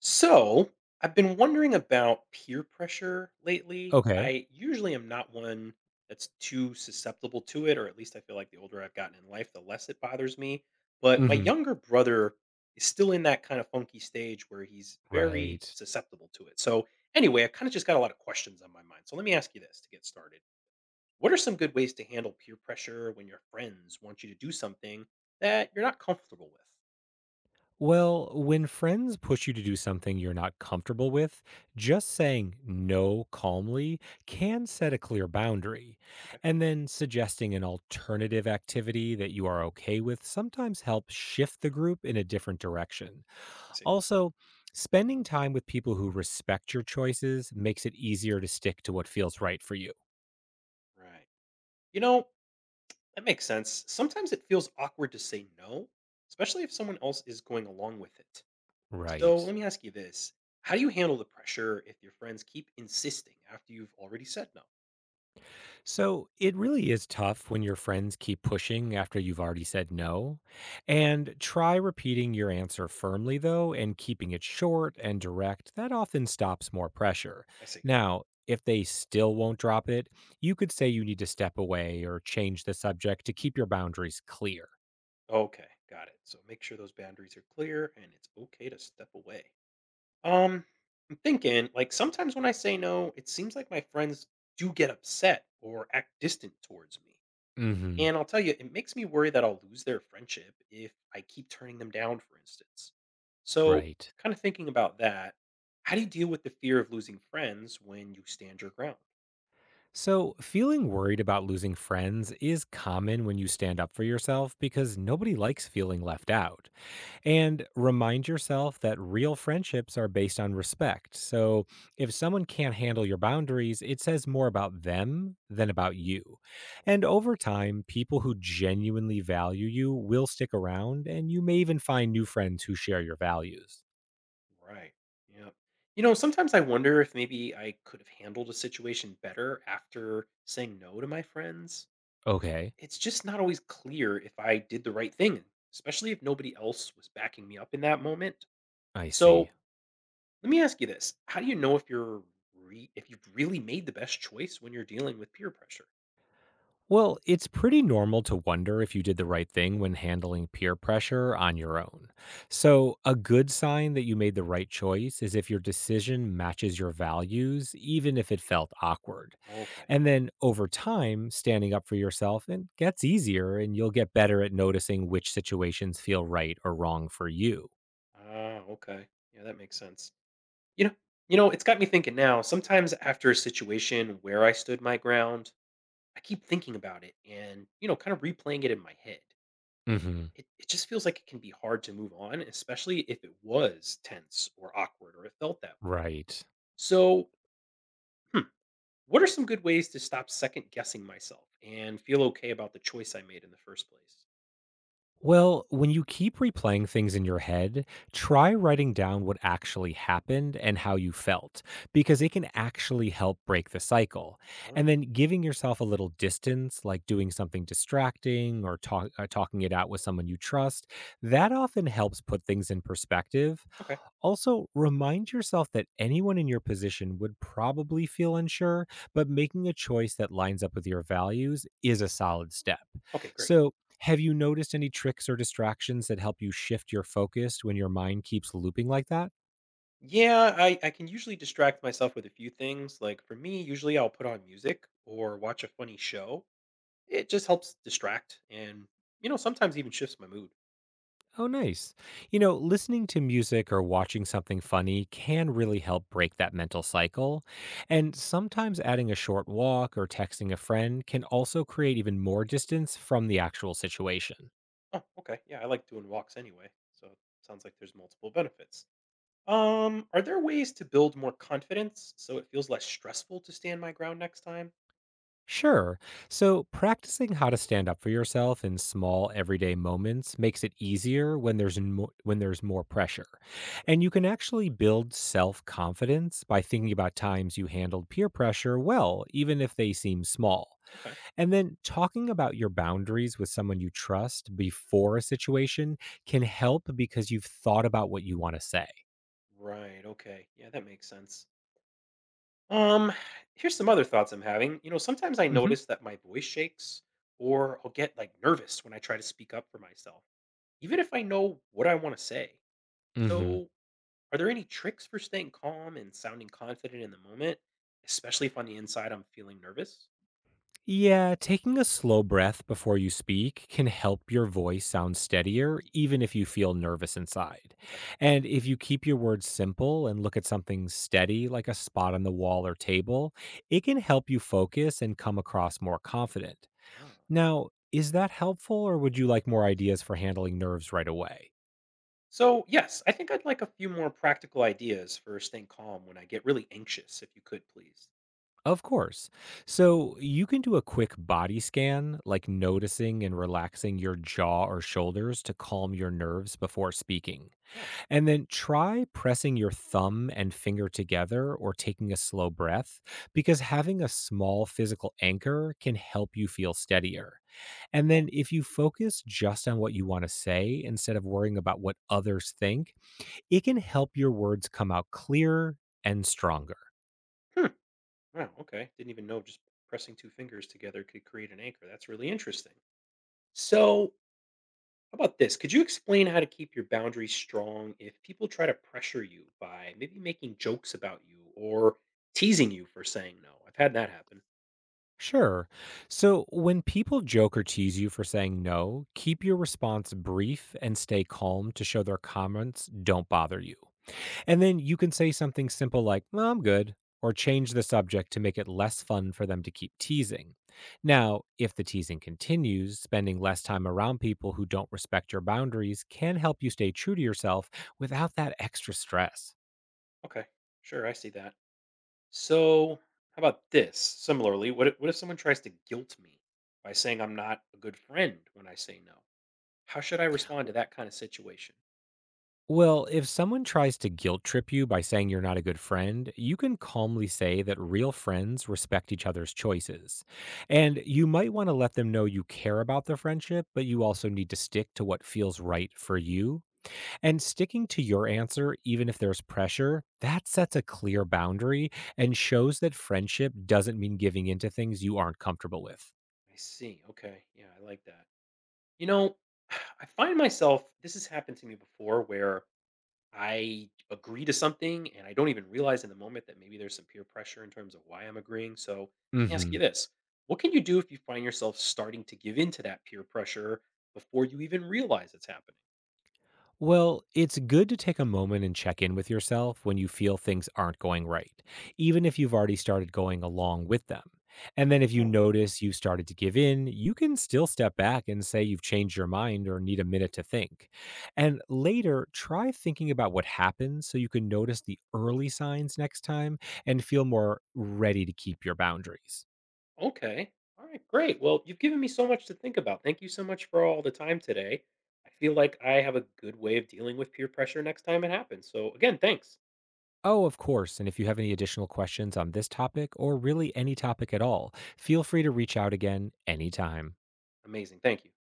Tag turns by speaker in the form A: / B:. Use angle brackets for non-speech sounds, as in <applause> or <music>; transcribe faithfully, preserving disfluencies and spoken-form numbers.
A: So, I've been wondering about peer pressure lately.
B: Okay.
A: I usually am not one that's too susceptible to it, or at least I feel like the older I've gotten in life, the less it bothers me. But my
B: Mhm.
A: younger brother is still in that kind of funky stage where he's very
B: Right.
A: susceptible to it. So, anyway, I kind of just got a lot of questions on my mind. So, let me ask you this to get started. What are some good ways to handle peer pressure when your friends want you to do something that you're not comfortable with?
B: Well, when friends push you to do something you're not comfortable with, just saying no calmly can set a clear boundary.
A: Okay,
B: And then suggesting an alternative activity that you are okay with sometimes helps shift the group in a different direction.
A: I see.
B: Also, spending time with people who respect your choices makes it easier to stick to what feels right for you.
A: Right. You know, That makes sense. Sometimes it feels awkward to say no, especially if someone else is going along with it. So
B: Right.
A: let me ask you this. How do you handle the pressure if your friends keep insisting after you've already said no?
B: So it really is tough when your friends keep pushing after you've already said no. And try repeating your answer firmly, though, and keeping it short and direct. That often stops more pressure.
A: I see.
B: Now, if they still won't drop it, you could say you need to step away or change the subject to keep your boundaries clear.
A: Okay, got it. So make sure those boundaries are clear and it's okay to step away. Um, I'm thinking, like, sometimes when I say no, it seems like my friends do get upset or act distant towards me.
B: Hmm.
A: And I'll tell you, it makes me worry that I'll lose their friendship if I keep turning them down, for instance. So,
B: Right.
A: kind of thinking about that, how do you deal with the fear of losing friends when you stand your ground?
B: So, feeling worried about losing friends is common when you stand up for yourself because nobody likes feeling left out.
A: Mhm.
B: And remind yourself that real friendships are based on respect. So if someone can't handle your boundaries, it says more about them than about you. And over time, people who genuinely value you will stick around, and you may even find new friends who share your values.
A: Right. Yeah. You know, sometimes I wonder if maybe I could have handled a situation better after saying no to my friends.
B: Okay,
A: It's just not always clear if I did the right thing, especially if nobody else was backing me up in that moment.
B: I see.
A: So, let me ask you this. How do you know if you're re- if you've really made the best choice when you're dealing with peer pressure?
B: Well, it's pretty normal to wonder if you did the right thing when handling peer pressure on your own. So, a good sign that you made the right choice is if your decision matches your values, even if it felt awkward.
A: Okay.
B: And then over time, standing up for yourself it gets easier and you'll get better at noticing which situations feel right or wrong for you.
A: Ah, okay. Yeah, that makes sense. You know, you know, it's got me thinking now. Sometimes after a situation where I stood my ground, I keep thinking about it and, you know, kind of replaying it in my head.
B: Mhm.
A: It it just feels like it can be hard to move on, especially if it was tense or awkward or it felt that way.
B: Right.
A: So, hmm, what are some good ways to stop second guessing myself and feel okay about the choice I made in the first place?
B: Well, when you keep replaying things in your head, try writing down what actually happened and how you felt, because it can actually help break the cycle. And
A: Oh,
B: then giving yourself a little distance, like doing something distracting or, talk, or talking it out with someone you trust, that often helps put things in perspective.
A: okay.
B: Also, remind yourself that anyone in your position would probably feel unsure, but making a choice that lines up with your values is a solid step.
A: Okay, great.
B: So, have you noticed any tricks or distractions that help you shift your focus when your mind keeps looping like that?
A: Yeah, I, I can usually distract myself with a few things. Like for me, usually I'll put on music or watch a funny show. It just helps distract and, you know, sometimes even shifts my mood.
B: Oh, nice. You know, listening to music or watching something funny can really help break that mental cycle. And sometimes adding a short walk or texting a friend can also create even more distance from the actual situation.
A: Oh, okay. Yeah, I like doing walks anyway. So it sounds like there's multiple benefits. Um, are there ways to build more confidence so it feels less stressful to stand my ground next time?
B: Sure. So, practicing how to stand up for yourself in small everyday moments makes it easier when there's mo- when there's more pressure.
A: Right.
B: And you can actually build self-confidence by thinking about times you handled peer pressure well, even if they seem small.
A: Okay.
B: And then talking about your boundaries with someone you trust before a situation can help because you've thought about what you want to say.
A: Right. Okay. Yeah, that makes sense. Um, Here's some other thoughts I'm having. You know, sometimes I
B: Mhm.
A: notice that my voice shakes or I'll get like nervous when I try to speak up for myself, even if I know what I want to say.
B: Mhm.
A: So, are there any tricks for staying calm and sounding confident in the moment, especially if on the inside I'm feeling nervous?
B: Yeah, taking a slow breath before you speak can help your voice sound steadier, even if you feel nervous inside.
A: Okay.
B: And if you keep your words simple and look at something steady, like a spot on the wall or table, it can help you focus and come across more confident.
A: Wow.
B: Now, is that helpful, or would you like more ideas for handling nerves right away?
A: So, yes, I think I'd like a few more practical ideas for staying calm when I get really anxious, if you could please.
B: Of course. So, you can do a quick body scan, like noticing and relaxing your jaw or shoulders to calm your nerves before speaking.
A: Oh,
B: And then try pressing your thumb and finger together or taking a slow breath because having a small physical anchor can help you feel steadier. And
A: cool.
B: then if you focus just on what you want to say instead of worrying about what others think, it can help your words come out clearer and stronger.
A: Hmm. Wow. Okay. Didn't even know just pressing two fingers together could create an anchor. That's really interesting. So, how about this? Could you explain how to keep your boundaries strong if people try to pressure you by maybe making jokes about you or teasing you for saying no? I've had that happen.
B: Sure. So when people joke or tease you for saying no, keep your response brief and stay calm to show their comments don't bother you.
A: Oh, okay.
B: And then you can say something simple like, "Well, I'm good," or change the subject to make it less fun for them to keep teasing. Now, if the teasing continues, spending less time around people who don't respect your boundaries can help you stay true to yourself without that extra stress.
A: Okay, sure, I see that. So, how about this? Similarly, what if, what if someone tries to guilt me by saying I'm not a good friend when I say no? How should I respond to that kind of situation?
B: Well, if someone tries to guilt trip you by saying you're not a good friend, you can calmly say that real friends respect each other's choices. And you might want to let them know you care about the friendship, but you also need to stick to what feels right for you. And sticking to your answer, even if there's pressure, that sets a clear boundary and shows that friendship doesn't mean giving in to things you aren't comfortable with.
A: I see. Okay. Yeah, I like that. You know, <sighs> I find myself, this has happened to me before where I agree to something and I don't even realize in the moment that maybe there's some peer pressure in terms of why I'm agreeing. So let me ask you
B: Hmm.
A: this. What can you do if you find yourself starting to give in to that peer pressure before you even realize it's happening?
B: Well, it's good to take a moment and check in with yourself when you feel things aren't going right, even if you've already started going along with them. And then if you
A: Oh,
B: notice you've started to give in, you can still step back and say you've changed your mind or need a minute to think. And later, try thinking about what happened so you can notice the early signs next time and feel more ready to keep your boundaries.
A: okay. All right, great. Well, you've given me so much to think about. Thank you so much for all the time today. I feel like I have a good way of dealing with peer pressure next time it happens. So again, thanks.
B: Oh, of course. And if you have any additional questions on this topic or really any topic at all, feel free to reach out again anytime.
A: Amazing. Thank you.